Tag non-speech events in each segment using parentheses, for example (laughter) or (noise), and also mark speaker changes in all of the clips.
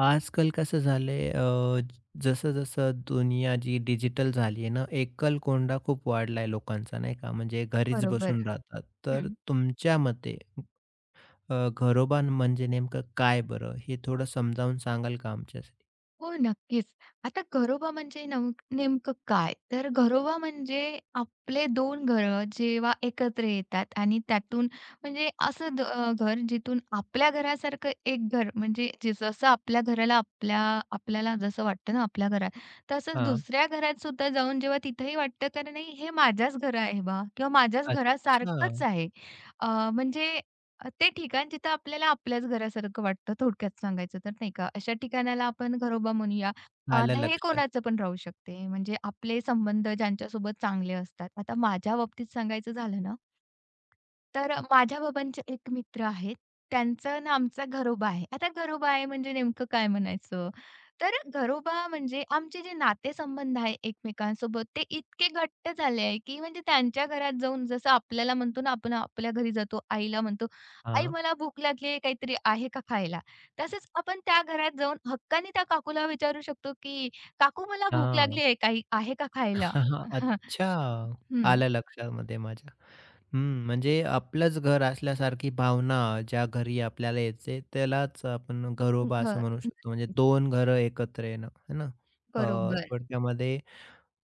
Speaker 1: आजकाल कसं झालंय जसं-जसं दुनिया जी डिजिटल झाली आहे ना, एकलकोंडा खूप वाढलाय लोकांचा नाही का? म्हणजे घरीच
Speaker 2: बरोबर.
Speaker 1: बसून राहतात. तर
Speaker 2: हं.
Speaker 1: तुमच्या मते घरोबा म्हणजे नेमकं काय बरं? हे थोडं समजावून सांगाल का आमच्यासाठी?
Speaker 2: हो, नक्कीच. आता घरोबा म्हणजे नेमकं काय? तर घरोबा म्हणजे आपले 2 घरं जेव्हा एकत्र येतात आणि त्यातून म्हणजे असं घर जिथून आपल्या घरासारखं एक घर म्हणजे जे जसं आपल्या घराला आपल्याला जसं वाटतं ना आपल्या घरात, तसंच
Speaker 1: हां.
Speaker 2: दुसऱ्या घरात सुद्धा जाऊन जेव्हा तिथेही वाटतं, "का नाही हे माझ्याच घर आहे बा किंवा माझ्याच
Speaker 1: अच्छा.
Speaker 2: घरासारखंच आहे." अ, म्हणजे ते ठिकाण जिथं आपल्याला आपल्याच घरासारखं वाटतं थोडक्यात सांगायचं तर नाही का. अशा ठिकाणाला आपण घरोबा म्हणूया.
Speaker 1: आलं
Speaker 2: आता हे
Speaker 1: लक्षात.
Speaker 2: कोणाचं पण राहू शकते. म्हणजे आपले संबंध ज्यांच्यासोबत चांगले असतात. आता माझ्या बाबतीत सांगायचं झालं ना, तर माझ्या बाबांचे एक मित्र आहेत. त्यांचा आणि आमचा घरोबा आहे. आता घरोबा आहे म्हणजे नेमकं काय म्हणायचं? तर घरोबा म्हणजे आमचे जे नातेसंबंध आहे एकमेकांसोबत ते इतके घट्ट झाले आहे, की म्हणजे त्यांच्या घरात जाऊन जसं आपल्याला म्हणतो ना आपण आपल्या घरी जातो, आईला म्हणतो, "आई
Speaker 1: हां.
Speaker 2: मला भूक लागली आहे, काहीतरी आहे का खायला?" तसंच आपण त्या घरात जाऊन हक्काने त्या काकूला विचारू शकतो, की "काकू मला भूक
Speaker 1: हां.
Speaker 2: लागली आहे, काही आहे का खायला?"
Speaker 1: (laughs)
Speaker 2: (laughs)
Speaker 1: अच्छा.
Speaker 2: हां.
Speaker 1: आलं लक्षामध्ये माझ्या. हं, म्हणजे आपलंच घर असल्यासारखी भावना ज्या घरी आपल्याला येते, त्यालाच आपण घरोबा असं
Speaker 2: बरं.
Speaker 1: म्हणू शकतो. म्हणजे दोन घरं एकत्र येणं, है ना?
Speaker 2: बरोबर.
Speaker 1: थोडक्यामध्ये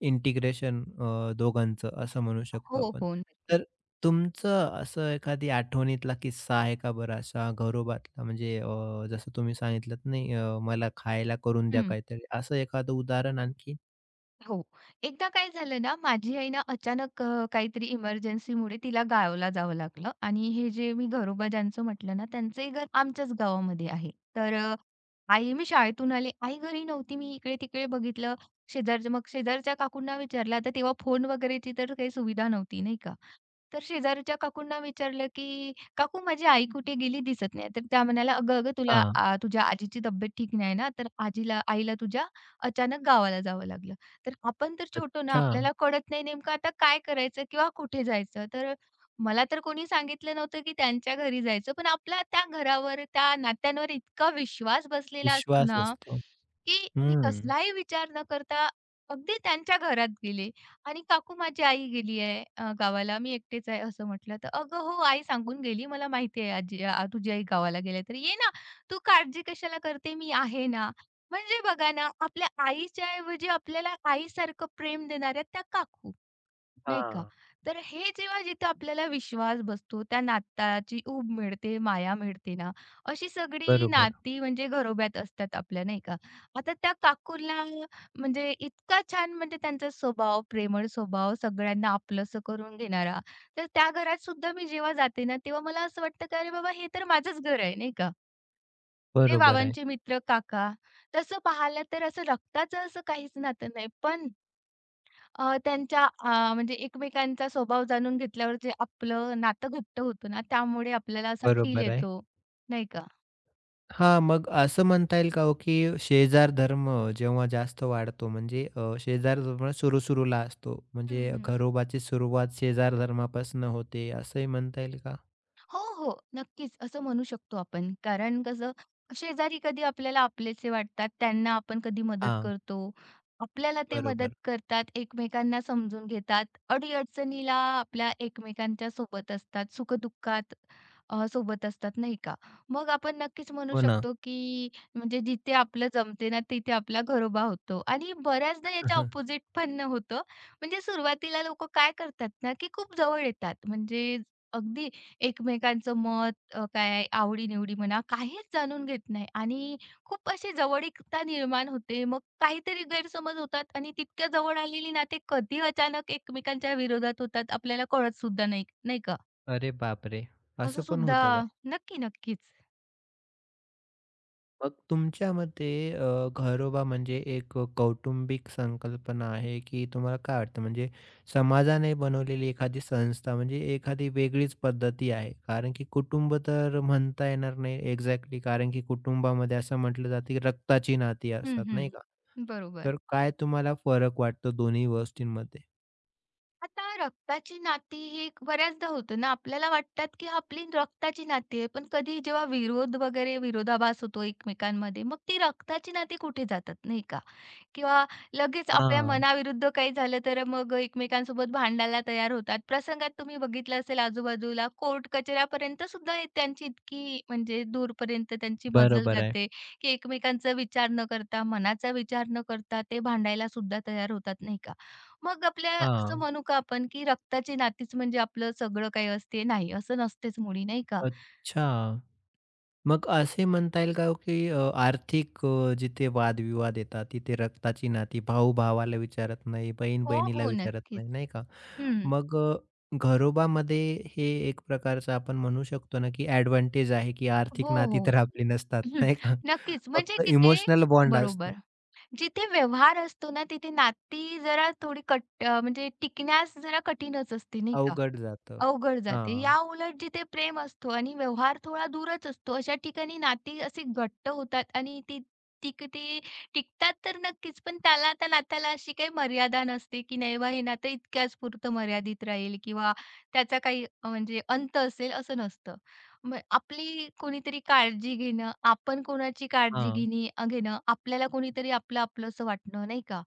Speaker 1: इंटिग्रेशन दोघांचं असं म्हणू शकतो
Speaker 2: हो,
Speaker 1: आपण.
Speaker 2: हो. नक्कीच.
Speaker 1: तर तुमचं असं एखादी आठवणीतला किस्सा आहे का बरं असा घरोबातला? म्हणजे जसं तुम्ही सांगितलंत नाही मला खायला करून द्या
Speaker 2: हं.
Speaker 1: काहीतरी, असं एखादं उदाहरण आणखी?
Speaker 2: हो. एकदा काय झालं ना, माझी आई ना अचानक काहीतरी इमर्जन्सीमुळे तिला गावाला जावं लागलं आणि हे जे मी घरोबा ज्यांचं म्हटलं ना, त्यांचंही घर आमच्याच गावामध्ये आहे. तर आई मी शाळेतून आले, आई घरी नव्हती. मी इकडे-तिकडे बघितलं. मग शेजारच्या काकूंना विचारलं. आता तेव्हा फोन वगैरेची तर काही सुविधा नव्हती, नाही का? तर शेजारच्या काकूंना विचारलं, की "काकू माझी आई कुठे गेली? दिसत नाही." तर त्या म्हणाल्या, "अगं, अगं तुला
Speaker 1: हां,
Speaker 2: तुझ्या आजीची तब्येत ठीक नाही ना, तर आईला तुझ्या अचानक गावाला जावं लागलं." तर आपण तर छोटो ना,
Speaker 1: अच्छा.
Speaker 2: आपल्याला कळत नाही नेमकं आता काय करायचं किंवा कुठे जायचं. तर मला तर कोणी सांगितलं नव्हतं, की त्यांच्या घरी जायचं. पण आपला त्या घरावर, त्या नात्यांवर इतका विश्वास बसलेला असतो
Speaker 1: विश्वास
Speaker 2: ना,
Speaker 1: असतो.
Speaker 2: की मी
Speaker 1: हं.
Speaker 2: कसलाही विचार न करता अगदी त्यांच्या घरात गेले आणि काकू माझी आई गेली आहे गावाला. मी एकटीच आहे असं म्हटलं तर, "अगं हो, आई सांगून गेली. मला माहिती आहे आजी तुझी आई गावाला गेली तर ये ना. तू काळजी कशाला करते? मी आहे ना." म्हणजे बघा ना, आपल्या आईच्या ऐवजी आपल्याला आईसारखं प्रेम देणाऱ्या त्या काकू, नाही का?
Speaker 1: हां.
Speaker 2: तर हे जेव्हा जिथं आपल्याला विश्वास बसतो, त्या नाताची ऊब मिळते, माया मिळते ना, अशी सगळी
Speaker 1: बरोबर.
Speaker 2: नाती म्हणजे घरोब्यात असतात आपल्या, नाही का? आता त्या काकूला म्हणजे इतका छान म्हणजे त्यांचा स्वभाव, प्रेमळ स्वभाव, सगळ्यांना आपलंसं करून घेणारा. तर त्या घरात सुद्धा मी जेव्हा जाते ना, तेव्हा मला असं वाटतं की "अरे बाबा, हे तर माझंच घर आहे," नाही का? ते
Speaker 1: बरोबर आहे,
Speaker 2: बाबांचे मित्र, काका. तसं पाहिलं तर असं रक्ताचं असं काहीच नातं नाही. पण त्यांच्या म्हणजे एकमेकांचा स्वभाव जाणून घेतल्यावर जे आपलं नातं घट्ट होतं ना, त्यामुळे आपल्याला असा फील
Speaker 1: बरोबर आहे.
Speaker 2: येतो, नाही का?
Speaker 1: हां, मग असं म्हणता येईल का हो, की शेजार धर्म जेव्हा जास्त वाढतो म्हणजे शेजार धर्म सुरू-सुरूला असतो. म्हणजे
Speaker 2: हम्म,
Speaker 1: घरोबाची सुरुवात शेजार धर्मापासून होते असंही म्हणता येईल का?
Speaker 2: हो, हो. नक्कीच असं म्हणू शकतो आपण. कारण कसं शेजारी कधी आपल्याला आपलेसे वाटतात, त्यांना आपण कधी मदत
Speaker 1: हां,
Speaker 2: करतो. आपल्याला ते मदत
Speaker 1: बरोबर.
Speaker 2: करतात, एकमेकांना समजून घेतात. अडी-अडचणीला आपल्या एकमेकांच्या सोबत असतात, सुख-दुःखात सोबत असतात, नाही का? मग आपण नक्कीच म्हणू
Speaker 1: हो ना.
Speaker 2: शकतो, की म्हणजे जिथे आपलं जमते ना, तिथे आपला घरोबा होतो आणि बऱ्याचदा याच्या
Speaker 1: (laughs)
Speaker 2: अपोझिट पण होतं. म्हणजे सुरुवातीला लोकं काय करतात ना, की खूप जवळ येतात. म्हणजे अगदी एकमेकांचं मत काय आवडी-निवडी म्हणा, काहीच जाणून घेत नाही आणि खूप अशी जवळीकता निर्माण होते. मग काहीतरी गैरसमज होतात आणि तितक्या जवळ आलेली नाते कधी अचानक एकमेकांच्या विरोधात होतात आपल्याला कळत सुद्धा नाही, नाही का?
Speaker 1: अरे बापरे!
Speaker 2: असं
Speaker 1: असं पण
Speaker 2: सुद्धा
Speaker 1: होतं का?
Speaker 2: नक्की, नक्कीच.
Speaker 1: मग तुमच्या मते घरोबा म्हणजे एक कौटुंबिक संकल्पना आहे, की तुम्हाला काय वाटतं? म्हणजे समाजाने बनवलेली एखादी संस्था म्हणजे एखादी वेगळीच पद्धती आहे. कारण की कुटुंब तर म्हणता येणार नाही एक्झॅक्टली कारण की कुटुंबामध्ये असं म्हटलं जातं, की रक्ताची नाती
Speaker 2: हं,
Speaker 1: असतात नाही का?
Speaker 2: हं. बरोबर.
Speaker 1: तर काय तुम्हाला फरक वाटतो दोन्ही गोष्टींमध्ये?
Speaker 2: आता रक्ताची नाती ही एक- बऱ्याचदा होतं ना, आपल्याला वाटतात की आपली रक्ताची नाती आहे, पण कधी जेव्हा विरोध वगैरे विरोधाभास होतो एकमेकांमध्ये, मग ती रक्ताची नाती कुठे जातात, नाही का? किंवा लगेच आपल्या
Speaker 1: हां,
Speaker 2: मनाविरुद्ध काही झालं तर मग एकमेकांसोबत भांडायला तयार होतात. प्रसंगात तुम्ही बघितलं असेल आजूबाजूला कोर्ट कचऱ्यापर्यंत सुद्धा हे त्यांची इतकी म्हणजे दूरपर्यंत त्यांची मजल
Speaker 1: बरोबर आहे.
Speaker 2: जाते, की एकमेकांचा विचार न करता, मनाचा विचार न करता ते भांडायला सुद्धा तयार होतात, नाही का? मग आपल्या असं
Speaker 1: हां,
Speaker 2: म्हणू का आपण, की रक्ताची नातीच म्हणजे आपलं सगळं काही असते? नाही, असं नसतेच मुळी, नाही का?
Speaker 1: अच्छा. मग असे म्हणता येईल का हो, की आर्थिक जिथे वादविवाद येतात, तिथे रक्ताची नाती, भाऊ भावाला विचारत नाही, बहीण
Speaker 2: हो,
Speaker 1: बहिणीला
Speaker 2: हो,
Speaker 1: विचारत
Speaker 2: नक्कीच.
Speaker 1: नाही, नाही का?
Speaker 2: हं.
Speaker 1: मग घरोबामध्ये हे एक प्रकारचं आपण म्हणू शकतो ना, की ॲडव्हांटेज आहे, की आर्थिक
Speaker 2: हो,
Speaker 1: नाती
Speaker 2: हो.
Speaker 1: तर आपली नसतात,
Speaker 2: हं.
Speaker 1: नाही का?
Speaker 2: नक्कीच म्हणजे
Speaker 1: फक्त
Speaker 2: की
Speaker 1: इमोशनल बॉन्ड
Speaker 2: बरोबर.
Speaker 1: असतो.
Speaker 2: जिथे व्यवहार असतो ना, तिथे नाती जरा थोडी म्हणजे टिकण्यास जरा कठीणच असते, नाही का?
Speaker 1: अवघड जातं.
Speaker 2: अवघड जाते. या
Speaker 1: हां,
Speaker 2: याउलट जिथे प्रेम असतो आणि व्यवहार थोडा दूरच असतो, अशा ठिकाणी नाती असे घट्ट होतात आणि ती टिक ती टिकतात तर नक्कीच, पण त्याला त्या नात्याला अशी काही मर्यादा नसते, की नाही बा हे नातं इतक्याच पुरतं मर्यादित राहील किंवा त्याचा काही म्हणजे अंत असेल असं नसतं. मग आपली कोणीतरी काळजी घेणं, आपण कोणाची काळजी
Speaker 1: हां.
Speaker 2: घेणं, आपल्याला कोणीतरी आपलं-आपलंसं वाटणं, नाही का?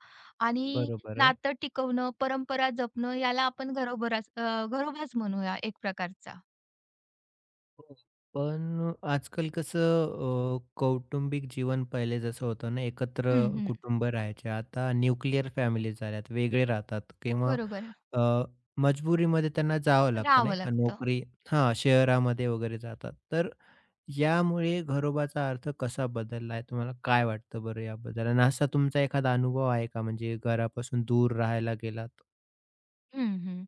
Speaker 2: आणि
Speaker 1: बरोबर आहे.
Speaker 2: नातं टिकवणं, परंपरा जपणं याला आपण घरोबाच म्हणूया एक प्रकारचा.
Speaker 1: हो. पण आजकाल कसं कौटुंबिक जीवन पहिले जसं होतं ना, एकत्र
Speaker 2: हं, हं.
Speaker 1: कुटुंब राहायचे. आता न्यूक्लिअर फॅमिली झाल्यात, वेगळे राहतात किंवा
Speaker 2: बरोबर.
Speaker 1: अ, मजबुरीमध्ये त्यांना जावं लागतं
Speaker 2: राहावं
Speaker 1: नाही का,
Speaker 2: लागतं.
Speaker 1: नोकरी हां, शहरामध्ये वगैरे जातात. तर यामुळे घरोबाचा अर्थ कसा बदलला आहे? तुम्हाला काय वाटतं बरं याबद्दल? आणि असा तुमचा एखादा अनुभव आहे का म्हणजे घरापासून दूर राहायला गेलात?
Speaker 2: हं, हं.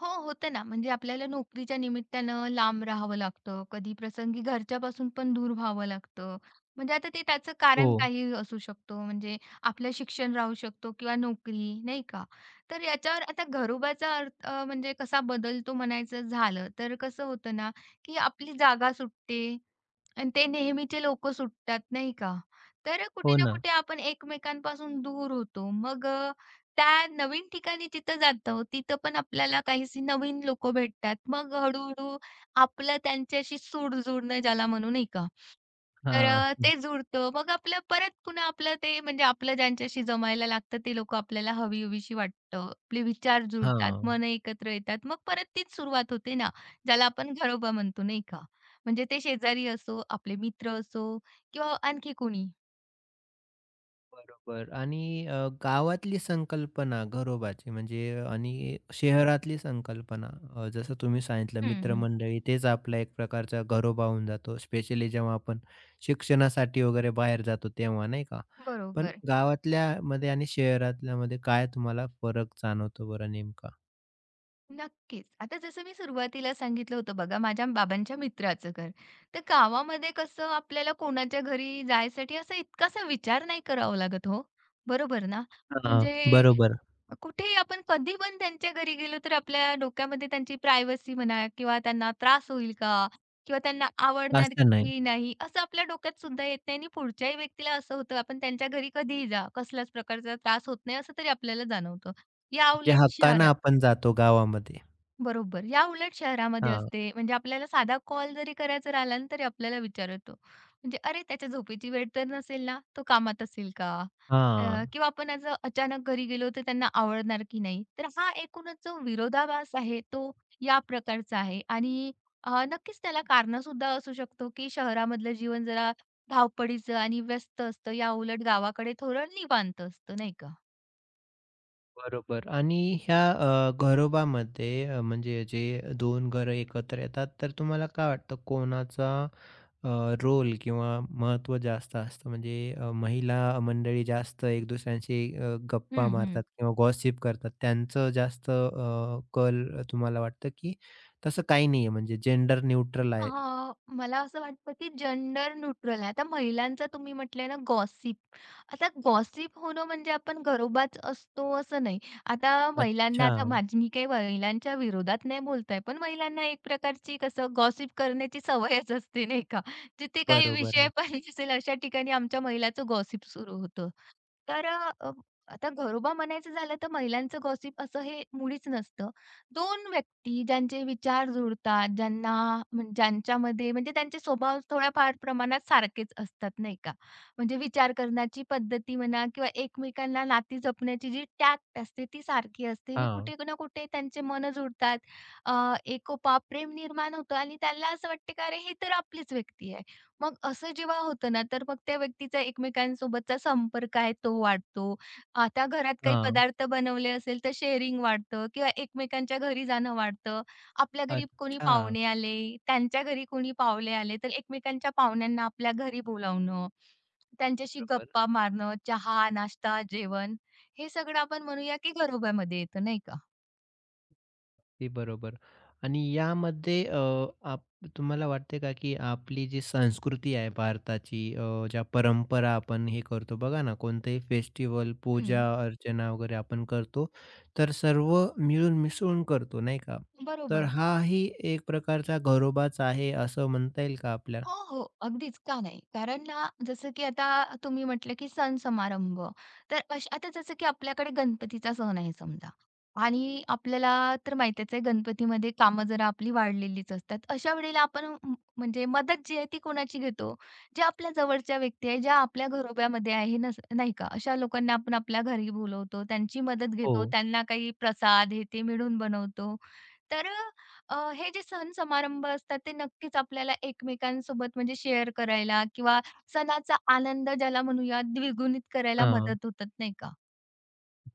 Speaker 2: हो, होतं ना. म्हणजे आपल्याला नोकरीच्या निमित्तानं लांब राहावं लागतं. कधी प्रसंगी घरच्यापासून पण दूर व्हावं लागतं. म्हणजे आता ते त्याचं
Speaker 1: हो.
Speaker 2: कारण काही असू शकतो. म्हणजे आपलं शिक्षण राहू शकतो किंवा नोकरी, नाही का? तर याच्यावर आता घरोबाचा अर्थ म्हणजे कसा बदलतो म्हणायचं झालं, तर कसं होतं ना, की आपली जागा सुटते आणि ते नेहमीचे लोकं सुटतात, नाही का? तर कुठे
Speaker 1: हो
Speaker 2: ना
Speaker 1: ना.
Speaker 2: कुठे आपण एकमेकांपासून दूर होतो. मग त्या नवीन ठिकाणी जिथं जातो, तिथं पण आपल्याला काहीशी नवीन लोकं भेटतात. मग हळू आपलं त्यांच्याशी सूड जुळणं ज्याला म्हणू, नाही का? तर
Speaker 1: हां.
Speaker 2: ते जुळतं. मग आपलं परत पुन्हा आपलं ते म्हणजे आपलं ज्यांच्याशी जमायला लागतं, ते लोकं आपल्याला हवी-हवीशी वाटतं. आपले विचार जुळतात,
Speaker 1: हां.
Speaker 2: मनं एकत्र येतात. मग परत तीच सुरुवात होते ना, ज्याला आपण घरोबा म्हणतो, नाही का? म्हणजे ते शेजारी असो, आपले मित्र असो किंवा आणखी कोणी.
Speaker 1: बरोबर आणि गावातली संकल्पना घरोबाची म्हणजे आणि शहरातली संकल्पना जसं तुम्ही सांगितलं
Speaker 2: हं, हं.
Speaker 1: मित्रमंडळी तेच आपला एक प्रकारचा घरोबा होऊन जातो स्पेशली जेव्हा आपण शिक्षणासाठी वगैरे बाहेर जातो तेव्हा नाही का पण
Speaker 2: बरोबर.
Speaker 1: गावातल्या मध्ये आणि शहरातल्या मध्ये काय तुम्हाला फरक जाणवतो बरं नेमका
Speaker 2: नक्कीच. आता जसं मी सुरुवातीला सांगितलं होतं बघा, माझ्या बाबांच्या मित्राचं घर. तर गावामध्ये कसं आपल्याला कोणाच्या घरी जायसाठी असा इतकासा विचार नाही करावा लागत हो, बरोबर ना?
Speaker 1: हां,
Speaker 2: म्हणजे
Speaker 1: बरोबर
Speaker 2: कुठेही आपण कधी पण त्यांच्या घरी गेलो तर आपल्या डोक्यामध्ये त्यांची प्रायव्हसी म्हणा किंवा त्यांना त्रास होईल का? किंवा त्यांना आवडणार
Speaker 1: असं नाही
Speaker 2: की नाही? असं आपल्या डोक्यात सुद्धा येत नाही आणि पुढच्याही व्यक्तीला असं होतं आपण त्यांच्या घरी कधीही जा, कसल्याच प्रकारचा त्रास होत नाही असं तरी आपल्याला जाणवतं.
Speaker 1: म्हणजे
Speaker 2: याउलट
Speaker 1: हक्कानं
Speaker 2: शहरात
Speaker 1: आपण जातो गावामध्ये
Speaker 2: बरोबर. या उलट शहरामध्ये
Speaker 1: हां
Speaker 2: असते, म्हणजे आपल्याला साधा कॉल जरी करायचा राहिला ना, तरी आपल्याला विचारतो. म्हणजे "अरे, त्याच्या झोपेची वेळ तर नसेल ना? तो कामात असेल का?" अ,
Speaker 1: हां
Speaker 2: किंवा आपण आज अचानक घरी गेलो तर त्यांना आवडणार की नाही? तर हा एकूणच जो विरोधाभास आहे, तो या प्रकारचा आहे आणि नक्कीच त्याला कारणंसुद्धा असू शकतो, की शहरामधलं जीवन जरा धावपळीचं आणि व्यस्त असतं. याउलट गावाकडे थोडं निवांत असतं, नाही का?
Speaker 1: बरोबर आणि ह्या घरोबामध्ये म्हणजे जे 2 घरं एकत्र येतात, तर तुम्हाला काय वाटतं कोणाचा अ, रोल किंवा महत्त्व जास्त असतं? म्हणजे महिला मंडळी जास्त एक दुसऱ्यांशी गप्पा
Speaker 2: हं, हं.
Speaker 1: मारतात किंवा गॉसिप करतात, त्यांचं जास्त कल तुम्हाला वाटतं, की तसं काही नाहीये म्हणजे जेंडर न्यूट्रल आहे?
Speaker 2: हां, मला असं वाटतं की जेंडर न्यूट्रल आहे. आता महिलांचं तुम्ही म्हटले ना गॉसिप. आता गॉसिप होणं म्हणजे आपण घरोबाच असतो असं नाही. आता महिलांना
Speaker 1: अच्छा,
Speaker 2: आता माझी मी काही महिलांच्या विरोधात नाही बोलत आहे, पण महिलांना एक प्रकारची कसं गॉसिप करण्याची सवयच असते नाही का? जिथे काही
Speaker 1: बरोबर
Speaker 2: विषय
Speaker 1: आहे.
Speaker 2: (laughs) पाहिजे असेल अशा ठिकाणी आमच्या महिलाचं गॉसिप सुरू होतं. तर अ, आता घरोबा म्हणायचं झालं तर महिलांचं गॉसिप असं हे मुळीच नसतं. दोन व्यक्ती ज्यांचे विचार जुळतात, ज्यांना ज्यांच्यामध्ये म्हणजे त्यांचे स्वभाव थोड्याफार प्रमाणात सारखेच असतात, नाही का? म्हणजे विचार करण्याची पद्धती म्हणा किंवा एकमेकांना नाती जपण्याची जी टॅक्ट असते ती सारखी असते आणि
Speaker 1: हां,
Speaker 2: कुठे ना कुठे त्यांचे मनं जुळतात. एकोपा, प्रेम निर्माण होतं आणि त्याला असं वाटतं की "अरे, ही तर आपलीच व्यक्ती आहे." मग असं जेव्हा होतं ना, तर मग त्या व्यक्तीचा एकमेकांसोबतचा संपर्क आहे तो वाढतो. आता घरात काही
Speaker 1: हां.
Speaker 2: पदार्थ बनवले असेल तर शेअरिंग वाढतं किंवा एकमेकांच्या घरी जाणं वाढतं. आपल्या घरी कोणी
Speaker 1: अच्छा,
Speaker 2: पाहुणे आले, त्यांच्या घरी कोणी पाहुणे आले, तर एकमेकांच्या पाहुण्यांना आपल्या घरी बोलावणं, त्यांच्याशी
Speaker 1: बरोबर.
Speaker 2: गप्पा मारणं, चहा, नाश्ता, जेवण हे सगळं आपण म्हणूया की घरोब्यामध्ये येतं नाही का?
Speaker 1: अगदी बरोबर. आणि यामध्ये आप तुम्हाला वाटते का, की आपली जी संस्कृती आहे भारताची ज्या परंपरा आपण हे करतो बघा ना, कोणतेही फेस्टिवल
Speaker 2: हं,
Speaker 1: पूजा अर्चना वगैरे आपण करतो, तर सर्व मिळून मिसळून करतो नाही का? तर
Speaker 2: बरोबर.
Speaker 1: हाही एक प्रकारचा घरोबाच आहे असं म्हणता येईल का आपल्या?
Speaker 2: हो, हो. अगदीच, का नाही? कारण ना, जसं की आता तुम्ही म्हटलं की सण समारंभ, तर आता जसं की आपल्याकडे गणपतीचा सण आहे समजा आणि आपल्याला तर माहितीच आहे गणपतीमध्ये कामं जरा आपली वाढलेलीच असतात. अशा वेळेला आपण म्हणजे मदत जी आहे ती कोणाची घेतो? ज्या आपल्या जवळच्या व्यक्ती आहे, ज्या आपल्या घरोब्यामध्ये आहे नाही का? अशा लोकांना आपण आपल्या घरी बोलवतो, त्यांची मदत
Speaker 1: हो.
Speaker 2: घेतो, त्यांना काही प्रसाद हे ते मिळून बनवतो तर हे जे सण समारंभ असतात ते नक्कीच आपल्याला एकमेकांसोबत म्हणजे शेअर करायला किंवा सणाचा आनंद ज्याला म्हणूया द्विगुणित करायला
Speaker 1: हां,
Speaker 2: मदत होतात नाही का?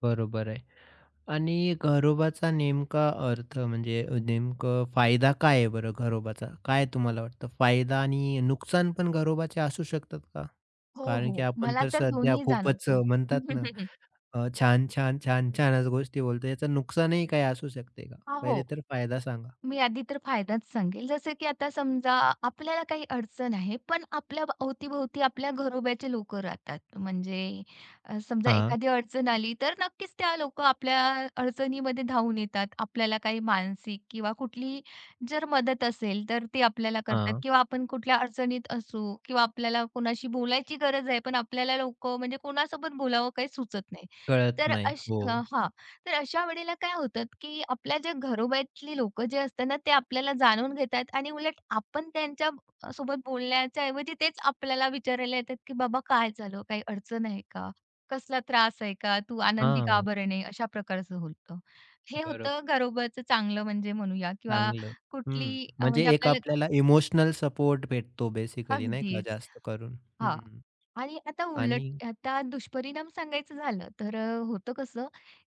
Speaker 1: बरोबर आहे. आणि घरोबाचा नेमका अर्थ म्हणजे नेमकं फायदा काय आहे बरं घरोबाचा? काय तुम्हाला वाटतं फायदा आणि नुकसान पण घरोबाचे असू शकतात का?
Speaker 2: हो,
Speaker 1: कारण की
Speaker 2: हो.
Speaker 1: आपण
Speaker 2: मला
Speaker 1: तर
Speaker 2: तर
Speaker 1: सध्या
Speaker 2: दोन्ही
Speaker 1: खूपच
Speaker 2: जाणवतो.
Speaker 1: म्हणतात ना
Speaker 2: (laughs)
Speaker 1: छान, छान, छान, छानच गोष्टी बोलतो. याचं नुकसानही काही असू शकते का?
Speaker 2: हा
Speaker 1: पहिले
Speaker 2: हो.
Speaker 1: तर फायदा सांगा.
Speaker 2: मी आधी तर फायदाच सांगेल. जसं की आता समजा आपल्याला काही अडचण आहे, पण आपल्या अवती आपल्या घरोब्याचे लोकं राहतात. म्हणजे समजा
Speaker 1: हां,
Speaker 2: एखादी अडचण आली, तर नक्कीच त्या लोकं आपल्या अडचणीमध्ये धावून येतात. आपल्याला काही मानसिक किंवा कुठलीही जर मदत असेल, तर ते आपल्याला करतात
Speaker 1: हां.
Speaker 2: किंवा आपण कुठल्या अडचणीत असू किंवा आपल्याला कोणाशी बोलायची गरज आहे, पण आपल्याला लोकं म्हणजे कोणासोबत बोलावं काही सुचत नाही.
Speaker 1: कळत
Speaker 2: तर
Speaker 1: नाही. हो.
Speaker 2: हां. तर अशा वेळेला काय होतं, की आपल्या जे घरोब्यातली लोकं जे असतात ना, ते आपल्याला जाणून घेतात आणि उलट आपण त्यांच्या सोबत बोलण्याच्या ऐवजी तेच आपल्याला विचारायला येतात, की "बाबा काय झालं? काही अडचण आहे का? कसला त्रास आहे का? तू आनंदी का
Speaker 1: हां.
Speaker 2: बरं नाही?" अशा प्रकारचं होतं. हे
Speaker 1: बरोबर.
Speaker 2: होतं घरोब्याचं चांगलं म्हणजे म्हणूया किंवा
Speaker 1: चांगलं. हं.
Speaker 2: कुठली
Speaker 1: म्हणजे
Speaker 2: म्हणजे
Speaker 1: एक
Speaker 2: आपल्याला
Speaker 1: आपल्याला इमोशनल सपोर्ट भेटतो बेसिकली नाही का
Speaker 2: अगदीच.
Speaker 1: जास्त करून.
Speaker 2: हां.
Speaker 1: हं.
Speaker 2: आणि आता
Speaker 1: आणि
Speaker 2: उलट आता दुष्परिणाम सांगायचं झालं तर होतं कसं,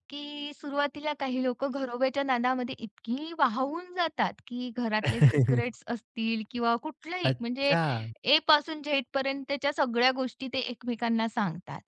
Speaker 2: की सुरुवातीला काही लोकं घरोब्याच्या नादामध्ये इतकी वाहून जातात, की घरातले सिक्रेट्स असतील किंवा कुठल्याही म्हणजे
Speaker 1: अच्छा,
Speaker 2: ए पासून झेडपर्यंतच्या सगळ्या गोष्टी ते एकमेकांना सांगतात.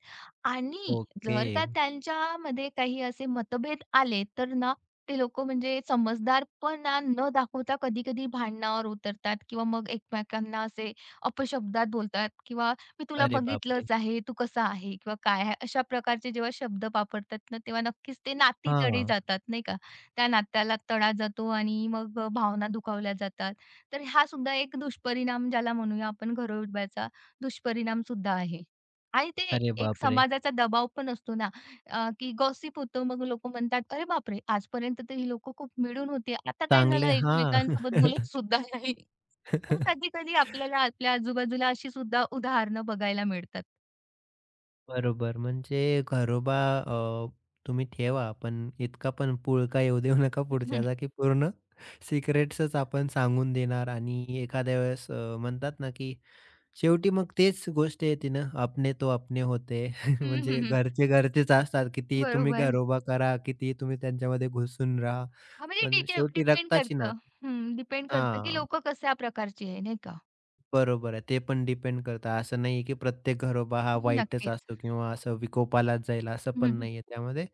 Speaker 2: आणि
Speaker 1: ओके.
Speaker 2: जर का त्यांच्यामध्ये काही असे मतभेद आले तर ना, ते लोकं म्हणजे समजदारपणा न दाखवता कधी-कधी भांडणावर उतरतात किंवा मग एकमेकांना असे अपशब्दात बोलतात किंवा "मी तुला
Speaker 1: अरे बापरे!
Speaker 2: बघितलंच आहे, तू कसा आहे किंवा काय आहे?" अशा प्रकारचे जेव्हा शब्द वापरतात ना, तेव्हा नक्कीच ते नाती तडे
Speaker 1: हां.
Speaker 2: जातात, नाही का? त्या नात्याला तडा जातो आणि मग भावना दुखावल्या जातात. तर हा सुद्धा एक दुष्परिणाम ज्याला म्हणूया आपण घरोब्याचा दुष्परिणाम सुद्धा आहे. आणि ते
Speaker 1: अरे
Speaker 2: एक
Speaker 1: बापरे!
Speaker 2: समाजाचा दबाव पण असतो ना, की गॉसिप होतं. मग लोकं म्हणतात, "अरे बापरे! आजपर्यंत तर ही लोकं खूप मिळून होती. आता काय झालं
Speaker 1: चांगले हां.
Speaker 2: एकमेकांसोबत बोलत सुद्धा नाही." तर कधी-कधी आपल्याला आपल्या आजूबाजूला अशी सुद्धा उदाहरणं बघायला मिळतात.
Speaker 1: बरोबर. म्हणजे घरोबा तुम्ही ठेवा, पण इतका पण पुळका येऊ देऊ नका पुढच्याचा, की पूर्ण सिक्रेट्सच आपण सांगून देणार आणि एखाद्या वेळेस म्हणतात ना, की शेवटी मग तेच गोष्ट येते ना, अपने तो अपने होते. (laughs)
Speaker 2: हं,
Speaker 1: म्हणजे
Speaker 2: हं, हं.
Speaker 1: घरचे घरचेच असतात. किती, तुम्ही
Speaker 2: बरोबर.
Speaker 1: घरोबा करा, कितीही तुम्ही त्यांच्यामध्ये घुसून राहा,
Speaker 2: हां, म्हणजे
Speaker 1: पण शेवटी
Speaker 2: डिपेंड
Speaker 1: रक्ताची
Speaker 2: करतं.
Speaker 1: नाती.
Speaker 2: हं, डिपेंड करतं, की
Speaker 1: हां.
Speaker 2: लोकं कशा प्रकारची आहे, नाही का?
Speaker 1: बरोबर आहे. ते पण डिपेंड करतं. असं नाहीये की प्रत्येक घरोबा हा वाईटच
Speaker 2: नक्कीच.
Speaker 1: असतो किंवा असं विकोपालाच जाईल असं पण
Speaker 2: हं,
Speaker 1: नाहीये. त्यामध्ये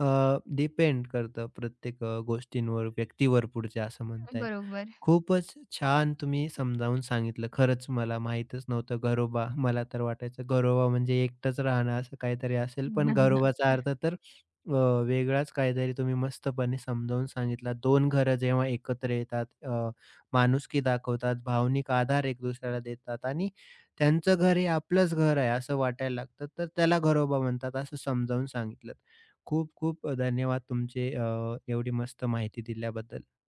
Speaker 1: अ, डिपेंड करतं प्रत्येक गोष्टींवर, व्यक्तीवर पुढच्या असं म्हणता येईल.
Speaker 2: बरोबर.
Speaker 1: खूपच छान तुम्ही समजावून सांगितलं. खरंच मला माहीतच नव्हतं घरोबा. मला तर वाटायचं घरोबा म्हणजे एकटंच राहणं असं काहीतरी असेल. पण
Speaker 2: (laughs)
Speaker 1: घरोबाचा अर्थ तर अ, वेगळाच काहीतरी तुम्ही मस्तपणे समजावून सांगितला. 2 घरं जेव्हा एकत्र येतात माणुसकी दाखवतात, भावनिक आधार एक दुसऱ्याला देतात आणि त्यांचं घर हे आपलंच घर आहे असं वाटायला लागतं. तर त्याला घरोबा म्हणतात असं समजावून सांगितलंत. खूप खूप धन्यवाद तुमचे एवढी मस्त माहिती दिल्याबद्दल.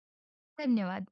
Speaker 2: धन्यवाद.